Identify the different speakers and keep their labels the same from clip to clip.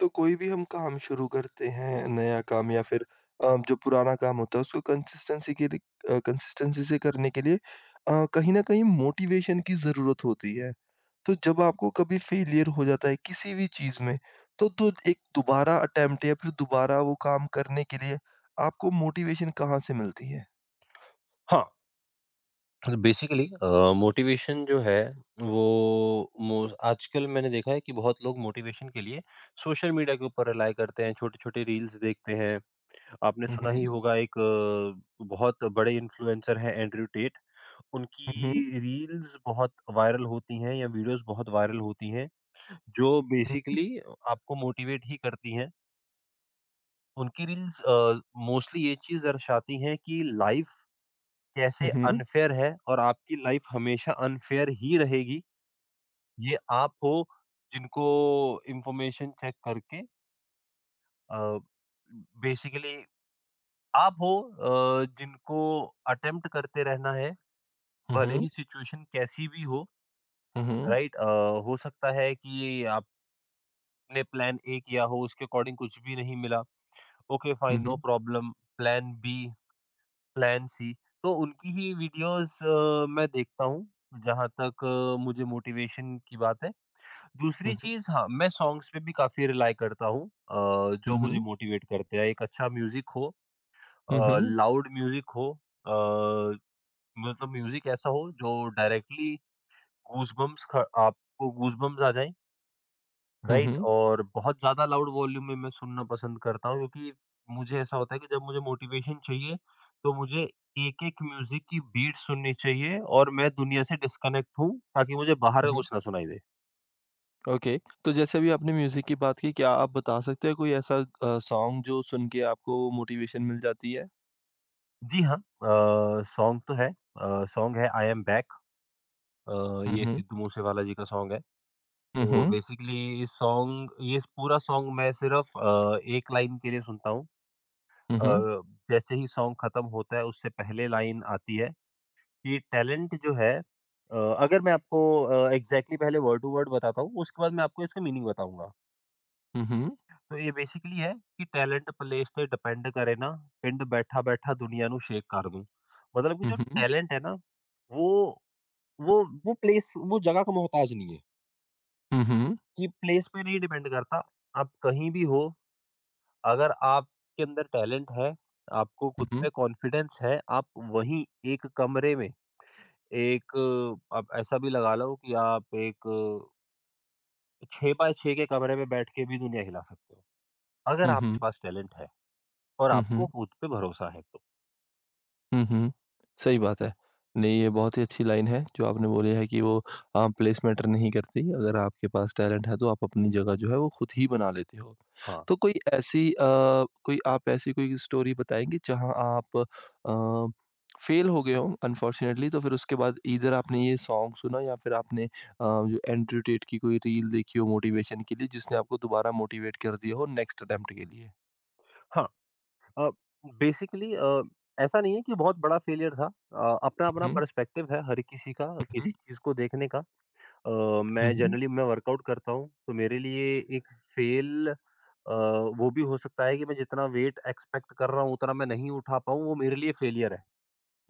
Speaker 1: तो कोई भी हम काम शुरू करते हैं, नया काम या फिर जो पुराना काम होता है उसको कंसिस्टेंसी से करने के लिए कहीं न कहीं मोटिवेशन की ज़रूरत होती है। तो जब आपको कभी फेलियर हो जाता है किसी भी चीज़ में, तो एक दोबारा अटेम्प्ट या फिर दोबारा वो काम करने के लिए आपको मोटिवेशन कहाँ से मिलती है?
Speaker 2: हाँ, बेसिकली मोटिवेशन जो है वो मो आजकल मैंने देखा है कि बहुत लोग मोटिवेशन के लिए सोशल मीडिया के ऊपर रिलाय करते हैं, छोटे-छोटे रील्स देखते हैं। आपने
Speaker 1: हुँ,
Speaker 2: सुना ही
Speaker 1: हुँ।
Speaker 2: होगा एक बहुत बड़े इन्फ्लुएंसर हैं एंड्रयू टेट,
Speaker 1: हुँ, हुँ।
Speaker 2: उनकी रील्स बहुत वायरल होती हैं या वीडियोज़ बहुत वायरल होती हैं, जो बेसिकली आपको मोटिवेट ही करती हैं। उनकी रील्स मोस्टली ये चीज़ दर्शाती हैं कि लाइफ
Speaker 1: हुँ,
Speaker 2: कैसे
Speaker 1: हुँ।
Speaker 2: अनफेयर है और आपकी लाइफ हमेशा अनफेयर ही रहेगी। ये आप हो जिनको इन्फॉर्मेशन चेक करके अ, बेसिकली आप हो जिनको अटेम्प्ट करते रहना है,
Speaker 1: हुँ,
Speaker 2: भले
Speaker 1: हुँ।
Speaker 2: ही सिचुएशन कैसी भी हो,
Speaker 1: हुँ, हुँ।
Speaker 2: राइट? हो सकता है कि आपने प्लान ए किया हो, उसके अकॉर्डिंग कुछ भी नहीं मिला। ओके,
Speaker 1: हुँ,
Speaker 2: फाइन, नो
Speaker 1: हुँ।
Speaker 2: Problem, plan B plan C, तो उनकी ही वीडियोज़ मैं देखता हूँ, जहाँ तक मुझे मोटिवेशन की बात है। दूसरी
Speaker 1: हुँ, हुँ।
Speaker 2: चीज़ हाँ, मैं सॉन्ग्स पे भी काफ़ी रिलाय करता हूँ जो
Speaker 1: हुँ,
Speaker 2: मुझे
Speaker 1: हुँ।
Speaker 2: मोटिवेट करते हैं। एक अच्छा म्यूज़िक हो
Speaker 1: हुँ, हुँ।
Speaker 2: लाउड म्यूज़िक हो अ, मतलब म्यूज़िक ऐसा हो जो डायरेक्टली गूज़बम्प्स ख आपको गूज़बम्प्स आ जाएँ।
Speaker 1: हुँ,
Speaker 2: राइट
Speaker 1: हुँ।
Speaker 2: और बहुत ज़्यादा लाउड वॉल्यूम में मैं सुनना पसंद करता हूँ क्योंकि मुझे ऐसा होता है कि जब मुझे मोटिवेशन चाहिए तो मुझे एक-एक म्यूज़िक की बीट सुननी चाहिए और मैं दुनिया से डिस्कनेक्ट हूँ ताकि मुझे बाहर का
Speaker 1: हुँ, हुँ।
Speaker 2: कुछ ना सुनाई दे।
Speaker 1: ओके, तो जैसे अभी आपने म्यूज़िक की बात की, क्या आप बता सकते हैं कोई ऐसा सॉन्ग जो सुन के आपको मोटिवेशन मिल जाती है?
Speaker 2: जी हाँ, सॉन्ग तो है सॉन्ग है आई एम बैक अ,
Speaker 1: हुँ,
Speaker 2: ये
Speaker 1: हुँ।
Speaker 2: सिद्धू मूसेवाला जी का सॉन्ग है।
Speaker 1: हुँ,
Speaker 2: तो
Speaker 1: हुँ।
Speaker 2: बेसिकली इस सॉन्ग ये पूरा सॉन्ग मैं सिर्फ़ 1 लाइन के लिए सुनता हूँ।
Speaker 1: हुँ, हुँ।
Speaker 2: अ, जैसे ही सॉन्ग खत्म होता है उससे पहले लाइन आती है। कि टैलेंट जो है अ, अगर मैं आपको एग्ज़ैक्टली पहले वर्ड टू वर्ड बताता हूँ, उसके बाद मैं आपको इसका मीनिंग बताऊँगा।
Speaker 1: हुँ, हुँ।
Speaker 2: तो ये बेसिकली है कि टैलेंट प्लेस ते डिपेंड करे ना, पिंड बैठा-बैठा दुनिया ਨੂੰ शेक कर दूँ। मतलब कि
Speaker 1: हुँ,
Speaker 2: जो
Speaker 1: हुँ।
Speaker 2: टैलेंट है ना, वो वो वो प्लेस वो जगह का मोहताज नहीं है,
Speaker 1: हुँ, हुँ।
Speaker 2: कि प्लेस पे नहीं डिपेंड करता। आप कहीं भी हो, अगर आपके अंदर टैलेंट है, आपको
Speaker 1: हुँ,
Speaker 2: खुद
Speaker 1: हुँ।
Speaker 2: पे कॉन्फिडेंस है, आप वहीं एक कमरे में एक आप ऐसा भी लगा लो कि आप एक 6 बाय 6 के कमरे में बैठ के भी दुनिया हिला सकते हो, अगर
Speaker 1: हुँ,
Speaker 2: आपके
Speaker 1: हुँ।
Speaker 2: पास टैलेंट है और
Speaker 1: हुँ,
Speaker 2: आपको
Speaker 1: हुँ।
Speaker 2: खुद पे भरोसा है तो।
Speaker 1: हुँ, हुँ। सही बात है। नहीं, ये बहुत ही अच्छी लाइन है जो आपने बोली है कि वो प्लेस मैटर नहीं करती। अगर आपके पास टैलेंट है तो आप अपनी जगह जो है वो खुद ही बना लेते हो।
Speaker 2: हाँ,
Speaker 1: तो कोई ऐसी कोई आप ऐसी कोई स्टोरी बताएँगे जहाँ आप फेल हो गए हो अनफॉर्च्युनेटली तो फिर उसके बाद ईदर आपने ये सॉन्ग सुना या फिर आपने जो एंड्रयू टेट की कोई रील देखी हो मोटिवेशन के लिए जिसने आपको दोबारा मोटिवेट कर दिया हो नेक्स्ट अटेम्प्ट के लिए?
Speaker 2: हाँ अ, बेसिकली ऐसा नहीं है कि बहुत बड़ा फेलियर था, अपना-अपना
Speaker 1: हुँ,
Speaker 2: पर्सपेक्टिव है हर किसी का, किसी
Speaker 1: हुँ,
Speaker 2: चीज़ को देखने का। अ,
Speaker 1: हुँ,
Speaker 2: मैं
Speaker 1: हुँ,
Speaker 2: जनरली मैं वर्कआउट करता हूँ, तो मेरे लिए एक फेल वो भी हो सकता है कि मैं जितना वेट एक्सपेक्ट कर रहा हूँ, उतना मैं नहीं उठा पाऊँ, वो मेरे लिए फेलियर है।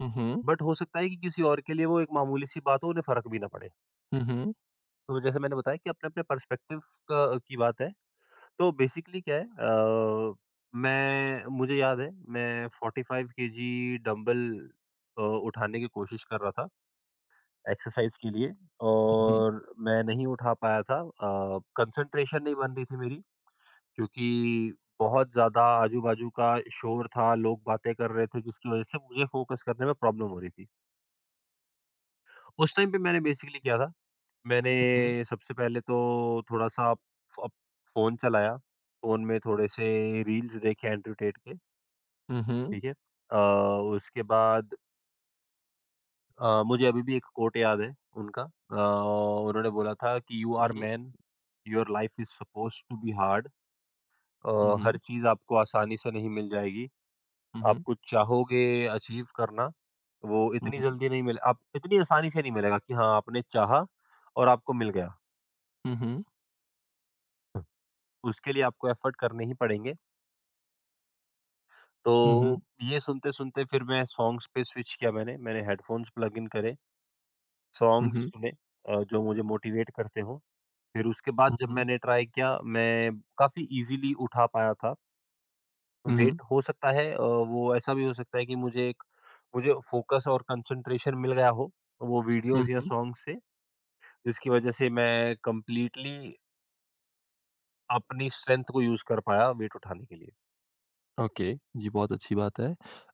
Speaker 1: हुँ, हुँ,
Speaker 2: बट हो सकता है कि किसी और के लिए वो एक मामूली सी बात हो, उन्हें फ़र्क भी ना पड़े।
Speaker 1: हुँ, हुँ, हुँ,
Speaker 2: तो जैसे मैंने बताया कि अपने-अपने पर्सपेक्टिव का की बात है। तो बेसिकली क्या है, मैं मुझे याद है मैं 45 केजी डंबल उठाने की कोशिश कर रहा था एक्सरसाइज़ के लिए
Speaker 1: हुँ, हुँ,
Speaker 2: और मैं नहीं उठा पाया था। कंसंट्रेशन नहीं बन रही थी मेरी क्योंकि बहुत ज़्यादा आजू-बाजू का शोर था, लोग बातें कर रहे थे जिसकी वज़ह से मुझे फ़ोकस करने में प्रॉब्लम हो रही थी। उस टाइम पे मैंने बेसिकली क्या था मैंने
Speaker 1: हुँ।
Speaker 2: सबसे पहले तो थोड़ा-सा फ़ फ़ोन चलाया, फ़ोन में थोड़े से रील्स देखे एंड्रयू टेट के,
Speaker 1: Mhm,
Speaker 2: ठीक है? उसके बाद मुझे अभी भी एक कोट याद है उनका, उन्होंने बोला था कि you are
Speaker 1: mhm,
Speaker 2: man, your life is supposed to be hard uh, हर
Speaker 1: mhm,
Speaker 2: चीज़ आपको आसानी से नहीं मिल जाएगी, आप
Speaker 1: mhm,
Speaker 2: कुछ चाहोगे अचीव करना, वो इतनी
Speaker 1: mhm,
Speaker 2: जल्दी नहीं मिले आप इतनी आसानी से नहीं मिलेगा कि हाँ, आपने चाहा और आपको मिल गया।
Speaker 1: mhm,
Speaker 2: उसके लिए आपको एफ़र्ट करने ही पड़ेंगे।
Speaker 1: mhm,
Speaker 2: तो ये सुनते-सुनते फिर मैं सॉन्ग्स पे स्विच किया मैंने। मैंने हेडफ़ोन्स प्लग इन करे, सॉन्ग्स
Speaker 1: mhm,
Speaker 2: सुने जो मुझे मोटिवेट करते हों। फिर उसके बाद जब
Speaker 1: mhm,
Speaker 2: मैंने ट्राई किया, मैं काफ़ी ईज़िली उठा पाया था।
Speaker 1: mhm,
Speaker 2: वेट हो सकता है अ, वो ऐसा भी हो सकता है कि मुझे फ़ोकस और कंसंट्रेशन मिल गया हो, वो वीडियोज़ या
Speaker 1: mhm.
Speaker 2: सॉन्ग से, जिसकी वजह से मैं कंप्लीटली अपनी स्ट्रेंथ को यूज़ कर पाया वेट उठाने के लिए।
Speaker 1: ओके, जी बहुत अच्छी बात है।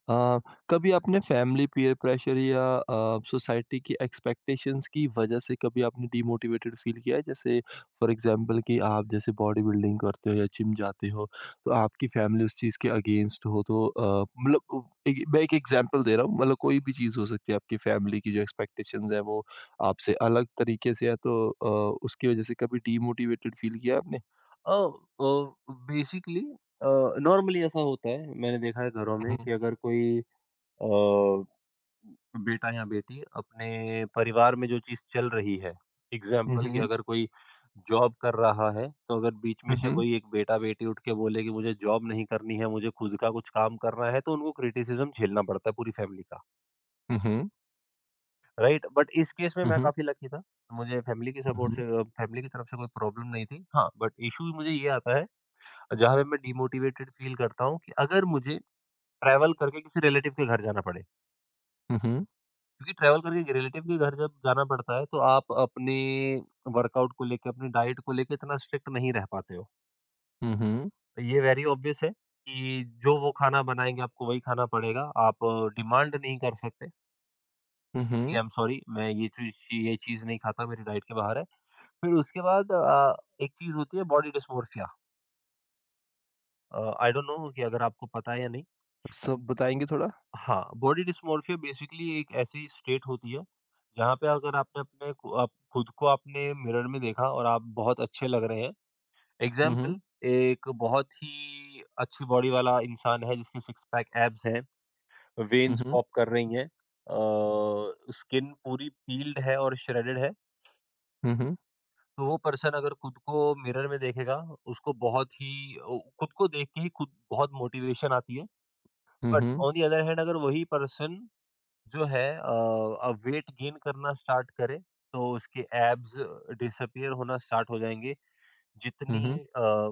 Speaker 1: कभी आपने फैमिली पीयर प्रेशर या सोसाइटी की एक्सपेक्टेशंस की वजह से कभी आपने डिमोटिवेटेड फील किया है? जैसे फॉर एग्ज़ाम्पल कि आप जैसे बॉडी बिल्डिंग करते हो या जिम जाते हो, तो आपकी फैमिली उस चीज़ के अगेंस्ट हो तो मतलब उ एक मैं एक एग्ज़ाम्पल दे रहा हूँ, मतलब कोई भी चीज़ हो सकती है आपकी फैमिली की जो एक्सपेक्टेशंस है वो आपसे अलग तरीके से है तो उसकी वजह से कभी डिमोटिवेटेड फील किया है आपने?
Speaker 2: अ अ, बेसिकली अ, नॉर्मली ऐसा होता है मैंने देखा है घरों में
Speaker 1: हुँ,
Speaker 2: कि अगर कोई अ, बेटा या बेटी अपने परिवार में जो चीज़ चल रही है, एग्ज़ाम्पल कि
Speaker 1: हुँ।
Speaker 2: अगर कोई जॉब कर रहा है, तो अगर बीच में
Speaker 1: हुँ,
Speaker 2: से
Speaker 1: हुँ।
Speaker 2: कोई एक बेटा-बेटी उठ के बोले कि मुझे जॉब नहीं करनी है, मुझे खुद का कुछ काम करना है, तो उनको क्रिटिसिज़्म झेलना पड़ता है पूरी फ़ैमिली का,
Speaker 1: हुँ, हुँ।
Speaker 2: राइट? बट इस केस में
Speaker 1: हुँ,
Speaker 2: मैं
Speaker 1: हुँ।
Speaker 2: काफ़ी लकी था। मुझे फ़ैमिली के
Speaker 1: हुँ,
Speaker 2: सपोर्ट से
Speaker 1: हुँ।
Speaker 2: अ, फ़ैमिली की तरफ से कोई प्रॉब्लम नहीं थी। हाँ, बट इश्यू मुझे ये आता है जहाँ पे मैं डिमोटिवेटेड फ़ील करता हूँ कि अगर मुझे ट्रैवल करके किसी रिलेटिव के घर जाना पड़े,
Speaker 1: हुँ, हुँ।
Speaker 2: क्योंकि ट्रैवल करके रिलेटिव के घर जब जाना पड़ता है, तो आप अपने वर्कआउट को लेके, अपनी डाइट को लेके इतना स्ट्रिक्ट नहीं रह पाते हो।
Speaker 1: हुँ, हुँ।
Speaker 2: तो ये वेरी ऑब्वियस है कि जो वो खाना बनाएँगे, आपको वही खाना पड़ेगा। आप डिमांड नहीं कर सकते
Speaker 1: हुँ,
Speaker 2: कि आई
Speaker 1: हुँ।
Speaker 2: एम सॉरी, मैं ये चीज़ नहीं खाता, मेरी डाइट के बाहर है। फिर उसके बाद एक चीज़ होती है body dysmorphia. I don't know कि अगर आपको पता है या नहीं।
Speaker 1: सब बताएँगे थोड़ा?
Speaker 2: हाँ, बॉडी डिस्मॉर्फिया बेसिकली एक ऐसी स्टेट होती है, जहाँ पे अगर आपने अपने को आप खुद को आपने मिरर में देखा और आप बहुत अच्छे लग रहे हैं।
Speaker 1: हुँ, हुँ।
Speaker 2: एग्ज़ाम्पल एक बहुत ही अच्छी बॉडी वाला इंसान है जिसके सिक्स पैक एब्स हैं,
Speaker 1: हुँ,
Speaker 2: वेन्स
Speaker 1: हुँ।
Speaker 2: पॉप कर रही हैं, स्किन पूरी पील्ड है और श्रेडेड है।
Speaker 1: हुँ, हुँ।
Speaker 2: तो वो पर्सन अगर खुद को मिरर में देखेगा, उसको बहुत ही ओ खुद को देख के ही खुद बहुत मोटिवेशन आती है।
Speaker 1: हुँ,
Speaker 2: बट
Speaker 1: हुँ।
Speaker 2: ऑन द अदर हैंड अगर वही पर्सन जो है अ, अब वेट गेन करना स्टार्ट करे तो उसके एब्स डिसअपियर होना स्टार्ट हो जाएँगे।
Speaker 1: हुँ,
Speaker 2: जितनी
Speaker 1: हुँ।
Speaker 2: अ,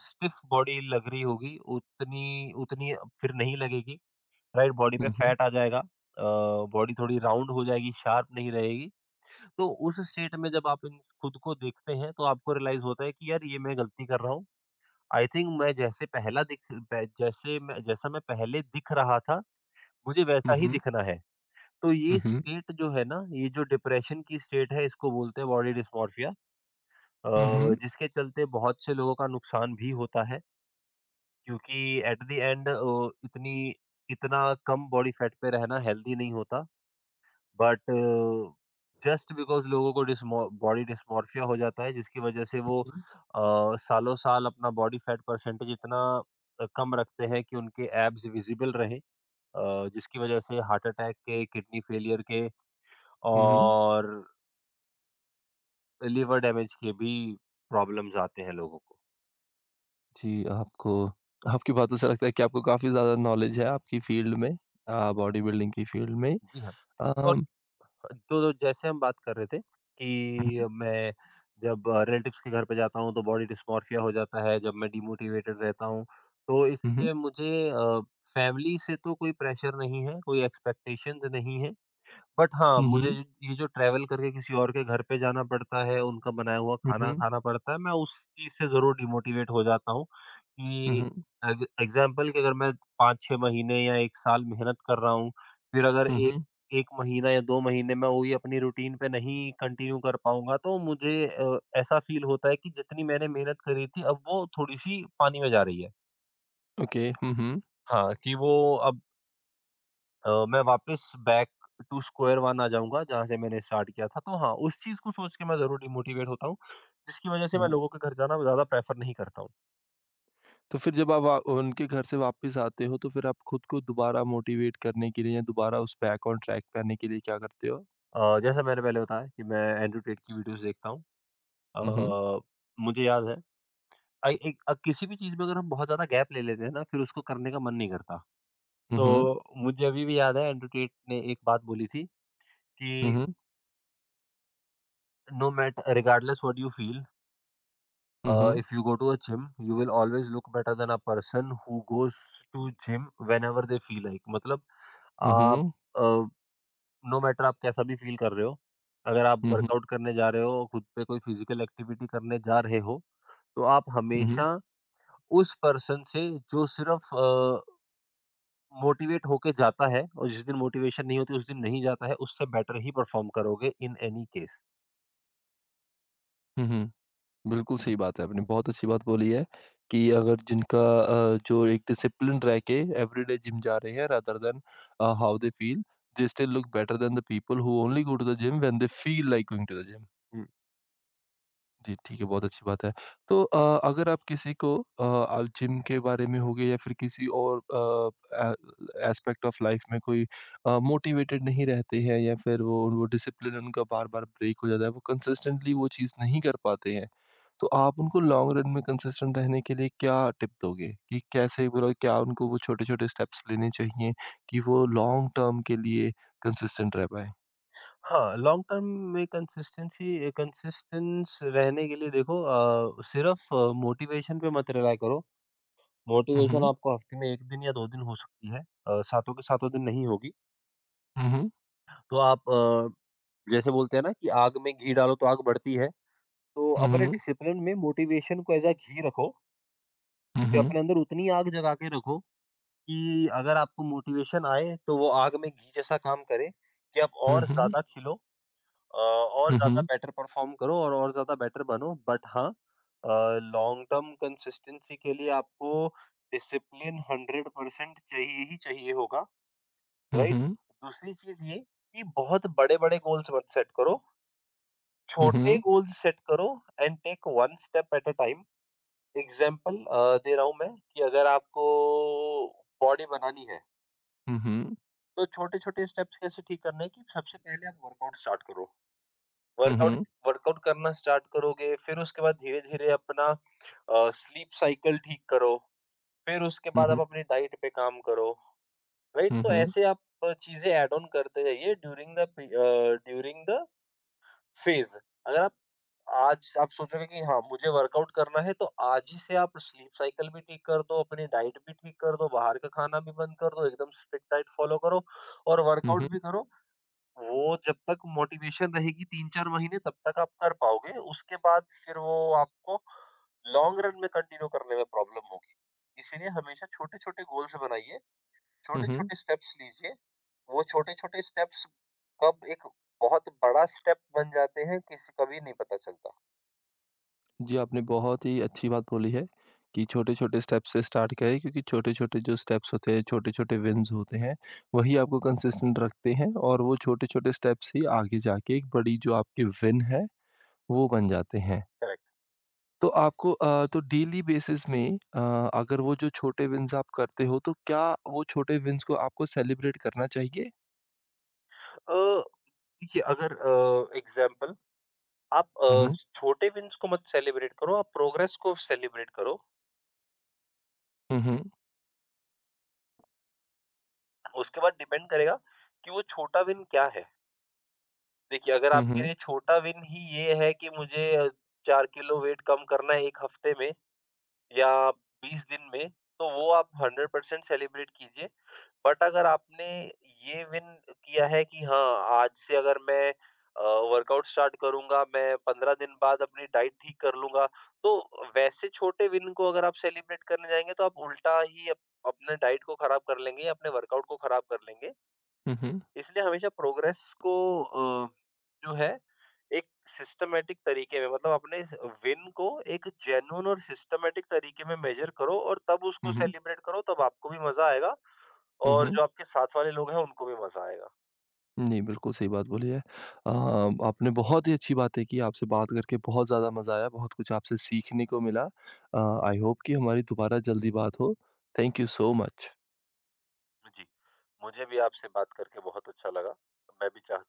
Speaker 2: स्टिफ बॉडी लग रही होगी उतनी उतनी फिर नहीं लगेगी, राइट? बॉडी पे
Speaker 1: हुँ, हुँ।
Speaker 2: फैट आ जाएगा, बॉडी थोड़ी राउंड हो जाएगी, शार्प नहीं रहेगी। तो उस स्टेट में जब आप इन खुद को देखते हैं तो आपको रियलाइज़ होता है कि यार ये मैं गलती कर रहा हूँ। आई थिंक मैं जैसे पहला दिख प जैसे मैं जैसा मैं पहले दिख रहा था, मुझे
Speaker 1: हुँ,
Speaker 2: वैसा ही
Speaker 1: हुँ।
Speaker 2: दिखना है। तो ये
Speaker 1: हुँ, हुँ।
Speaker 2: स्टेट जो है ना, ये जो डिप्रेशन की स्टेट है इसको बोलते हैं बॉडी डिस्मॉर्फिया अ,
Speaker 1: हुँ, हुँ।
Speaker 2: जिसके चलते बहुत से लोगों का नुकसान भी होता है क्योंकि एट द एंड अ, इतनी इतना कम बॉडी फैट पे रहना हेल्दी नहीं होता। बट जस्ट बिकॉज़ लोगों को डिस्मॉ बॉडी डिस्मॉर्फिया हो जाता है जिसकी वजह से वो
Speaker 1: हुँ,
Speaker 2: सालों-साल अपना बॉडी फैट परसेंटेज इतना कम रखते हैं कि उनके एब्स विज़िबल रहें, जिसकी वजह से हार्ट अटैक के, किडनी फेलियर के
Speaker 1: हुँ, हुँ।
Speaker 2: और लिवर डैमेज के भी प्रॉब्लम्स आते हैं लोगों को।
Speaker 1: जी, आपको आपकी बातों से लगता है कि आपको काफ़ी ज़्यादा नॉलेज है आपकी फ़ील्ड में बॉडी बिल्डिंग की फ़ील्ड में।
Speaker 2: जी हाँ, तो और
Speaker 1: अम
Speaker 2: तो तो जैसे हम बात कर रहे थे कि मैं जब रिलेटिव्स के घर पे जाता हूँ, तो बॉडी डिस्मॉर्फिया हो जाता है, जब मैं डिमोटिवेटेड रहता हूँ, तो
Speaker 1: हुँ, हुँ।
Speaker 2: इसलिए मुझे फैमिली से तो कोई प्रेशर नहीं है, कोई एक्सपेक्टेशंस नहीं है। बट हाँ,
Speaker 1: हुँ, हुँ।
Speaker 2: ये जो ट्रैवल करके किसी और के घर पे जाना पड़ता है, उनका बनाया हुआ
Speaker 1: हुँ,
Speaker 2: खाना
Speaker 1: हुँ।
Speaker 2: खाना पड़ता है, मैं उस चीज़ से ज़रूर डिमोटिवेट हो जाता हूँ
Speaker 1: हुँ,
Speaker 2: कि
Speaker 1: हुँ।
Speaker 2: एग एग्ज़ाम्पल कि अगर मैं 5-6 महीने या 1 साल मेहनत कर रहा हूँ, फिर अगर
Speaker 1: हुँ, हुँ।
Speaker 2: 1 महीना या 2 महीने में वही अपनी रूटीन पे नहीं कंटिन्यू कर पाऊँगा, तो मुझे ऐसा फ़ील होता है कि जितनी मैंने मेहनत करी थी, अब वो थोड़ी-सी पानी में जा रही है।
Speaker 1: ओके। हुँ, हुँ।
Speaker 2: हाँ, कि वो अब मैं वापस बैक टू स्क्वायर वन आ जाऊँगा जहाँ से मैंने स्टार्ट किया था। तो हाँ, उस चीज़ को सोच के मैं ज़रूर डिमोटिवेट होता हूँ, जिसकी वज़ह से मैं
Speaker 1: हुँ।
Speaker 2: लोगों के घर जाना ज़्यादा प्रेफ़र नहीं करता हूँ।
Speaker 1: तो फिर जब आप वा उनके घर से वापस आते हो, तो फिर आप खुद को दोबारा मोटिवेट करने के लिए या दोबारा उस बैक ऑन ट्रैक पे आने के लिए क्या करते हो?
Speaker 2: जैसा मैंने पहले बताया कि मैं एंड्रयू टेट की वीडियोज़ देखता हूँ।
Speaker 1: हुँ, हुँ।
Speaker 2: अ, मुझे याद है किसी भी चीज़ में अगर हम बहुत ज़्यादा गैप ले लेते हैं ना, फिर उसको करने का मन नहीं करता।
Speaker 1: हुँ, हुँ।
Speaker 2: तो मुझे अभी भी याद है एंड्रयू टेट ने एक बात बोली थी
Speaker 1: हुँ,
Speaker 2: कि,
Speaker 1: हुँ।
Speaker 2: "No matter regardless what you feel"
Speaker 1: हुँ, हुँ।
Speaker 2: if you go to a gym you will always look better than a person who goes to gym whenever they feel like मतलब
Speaker 1: हुँ,
Speaker 2: आप
Speaker 1: हुँ।
Speaker 2: नो मैटर आप कैसा भी फील कर रहे हो अगर आप
Speaker 1: हुँ, हुँ।
Speaker 2: वर्कआउट करने जा रहे हो और खुद पे कोई फिजिकल एक्टिविटी करने जा रहे हो तो आप
Speaker 1: हुँ, हुँ।
Speaker 2: हमेशा उस पर्सन से जो सिर्फ मोटिवेट होके जाता है और जिस दिन मोटिवेशन नहीं होती उस दिन नहीं जाता है उससे बेटर ही परफॉर्म करोगे इन एनी केस।
Speaker 1: हुँ, हुँ। बिल्कुल सही बात है, आपने बहुत अच्छी बात बोली है कि अगर जिनका जो एक डिसिप्लिन रह के एवरीडे जिम जा रहे हैं rather than how they feel, they still look better than the people who only go to the gym when they feel like going to the gym. जी, ठीक है, बहुत अच्छी बात है। तो अगर आप किसी को आप जिम के बारे में हो गए या फिर किसी और ए एस्पेक्ट ऑफ लाइफ़ में कोई मोटिवेटेड नहीं रहते हैं या फिर वो डिसिप्लिन उनका बार-बार ब्रेक हो जाता है, वो कंसिस्टेंटली वो चीज़ नहीं कर पाते हैं, तो आप उनको लॉन्ग रन में कंसिस्टेंट रहने के लिए क्या टिप दोगे? कि कैसे मतलब क्या उनको वो छोटे-छोटे स्टेप्स लेने चाहिए कि वो लॉन्ग टर्म के लिए कंसिस्टेंट रह पाएँ?
Speaker 2: हाँ, लॉन्ग टर्म में कंसिस्टेंस रहने के लिए देखो सिर्फ मोटिवेशन पे मत रिलाय करो।
Speaker 1: हुँ,
Speaker 2: मोटिवेशन
Speaker 1: हुँ।
Speaker 2: आपको हफ्ते में 1 दिन या 2 दिन हो सकती है, सातों के सातों दिन नहीं होगी।
Speaker 1: हुँ, हुँ।
Speaker 2: तो आप जैसे बोलते हैं ना कि आग में घी डालो तो आग बढ़ती है। तो
Speaker 1: हुँ,
Speaker 2: अपने
Speaker 1: हुँ।
Speaker 2: डिसिप्लिन में मोटिवेशन को एज़ अ घी रखो
Speaker 1: हुँ,
Speaker 2: कि
Speaker 1: हुँ।
Speaker 2: अपने अंदर उतनी आग जगा के रखो कि अगर आपको मोटिवेशन आए तो वो आग में घी जैसा काम करे कि आप
Speaker 1: हुँ,
Speaker 2: और
Speaker 1: हुँ।
Speaker 2: ज़्यादा खिलो। और
Speaker 1: हुँ,
Speaker 2: ज़्यादा
Speaker 1: हुँ।
Speaker 2: बेटर परफ़ॉर्म करो और ज़्यादा बेटर बनो। बट हाँ अ, लॉन्ग टर्म कंसिस्टेंसी के लिए आपको डिसिप्लिन 100% चाहिए ही चाहिए होगा,
Speaker 1: हुँ,
Speaker 2: राइट?
Speaker 1: हुँ।
Speaker 2: दूसरी चीज़ ये कि बहुत बड़े-बड़े गोल्स मत सेट करो,
Speaker 1: हुँ,
Speaker 2: छोटे
Speaker 1: हुँ।
Speaker 2: गोल्स सेट करो and take one step at a time. Example दे रहा हूँ मैं कि अगर आपको बॉडी बनानी है,
Speaker 1: हुँ, हुँ, हुँ।
Speaker 2: तो छोटे-छोटे स्टेप्स कैसे ठीक करने हैं कि सबसे पहले आप वर्कआउट स्टार्ट करो।
Speaker 1: हुँ,
Speaker 2: वर्कआउट
Speaker 1: हुँ।
Speaker 2: वर्कआउट करना स्टार्ट करोगे, फिर उसके बाद धीरे-धीरे अपना स्लीप साइकिल ठीक करो, फिर उसके
Speaker 1: हुँ,
Speaker 2: बाद
Speaker 1: हुँ।
Speaker 2: आप हुँ। अपनी डाइट पे काम करो, राइट? तो ऐसे आप चीज़ें ऐड ऑन करते जाइए ड्यूरिंग द फेज़। अगर आप आज आप सोचोगे कि हाँ, मुझे वर्कआउट करना है तो आज ही से आप स्लीप साइकिल भी ठीक कर दो, अपनी डाइट भी ठीक कर दो, बाहर का खाना भी बंद कर दो, एकदम स्ट्रिक्ट डाइट फॉलो करो और
Speaker 1: हुँ, हुँ।
Speaker 2: वर्कआउट भी करो। वो जब तक मोटिवेशन रहेगी 3-4 महीने तब तक आप कर पाओगे, उसके बाद फिर वो आपको लॉन्ग रन में कंटिन्यू करने में प्रॉब्लम होगी। इसीलिए हमेशा छोटे-छोटे गोल्स बनाइए,
Speaker 1: हुँ, हुँ।
Speaker 2: छोटे-छोटे स्टेप्स लीजिए, वो छोटे-छोटे स्टेप्स कब एक बहुत बड़ा स्टेप बन जाते हैं किसी का भी नहीं पता चलता।
Speaker 1: जी, आपने बहुत ही अच्छी बात बोली है कि छोटे-छोटे स्टेप्स से स्टार्ट करें क्योंकि छोटे-छोटे जो स्टेप्स होते हैं, छोटे-छोटे विन्स होते हैं, वही आपको कंसिस्टेंट रखते हैं और वो छोटे-छोटे स्टेप्स ही आगे जाके एक बड़ी जो आपकी विन है, वो बन जाते हैं।
Speaker 2: करेक्ट।
Speaker 1: तो आपको तो डेली बेसिस में अगर वो जो छोटे विन्स आप करते हो, तो क्या वो छोटे विन्स को आपको सेलिब्रेट करना चाहिए?
Speaker 2: अ, देखिए अगर आप
Speaker 1: हुँ,
Speaker 2: अ,
Speaker 1: हुँ।
Speaker 2: छोटे विन्स को मत सेलिब्रेट करो, आप प्रोग्रेस को सेलिब्रेट करो।
Speaker 1: हुँ, हुँ।
Speaker 2: उसके बाद डिपेंड करेगा कि वो छोटा विन क्या है। देखिए, अगर
Speaker 1: हुँ,
Speaker 2: आपके
Speaker 1: हुँ।
Speaker 2: लिए छोटा विन ही ये है कि मुझे 4 किलो वेट कम करना है 1 हफ्ते में या 20 दिन में, तो वो आप 100% सेलिब्रेट कीजिए। बट अगर आपने ये विन किया है कि हाँ, आज से अगर मैं अ, वर्कआउट स्टार्ट करूँगा, मैं 15 दिन बाद अपनी डाइट ठीक कर लूँगा, तो वैसे छोटे विन को अगर आप सेलिब्रेट करने जाएँगे, तो आप उल्टा ही अप अपने डाइट को खराब कर लेंगे या अपने वर्कआउट को खराब कर लेंगे।
Speaker 1: हुँ, हुँ।
Speaker 2: इसलिए हमेशा प्रोग्रेस को जो है एक सिस्टमैटिक तरीके में मतलब अपने विन को एक जेन्युइन और सिस्टमैटिक तरीके में मेजर करो और तब उसको
Speaker 1: हुँ, हुँ।
Speaker 2: सेलिब्रेट करो तब आपको भी मजा आएगा
Speaker 1: हुँ,
Speaker 2: और
Speaker 1: हुँ।
Speaker 2: जो आपके साथ वाले लोग हैं उनको भी मजा आएगा।
Speaker 1: नहीं, बिल्कुल सही बात बोली है। आपने बहुत ही अच्छी बातें की, आपसे बात करके बहुत ज़्यादा मज़ा आया, बहुत कुछ आपसे सीखने को मिला। अ, आई होप कि हमारी दोबारा जल्दी बात हो। Thank you so much.
Speaker 2: जी मुझे भी आपसे बात करके बहुत अच्छा लगा मैं भी चाहता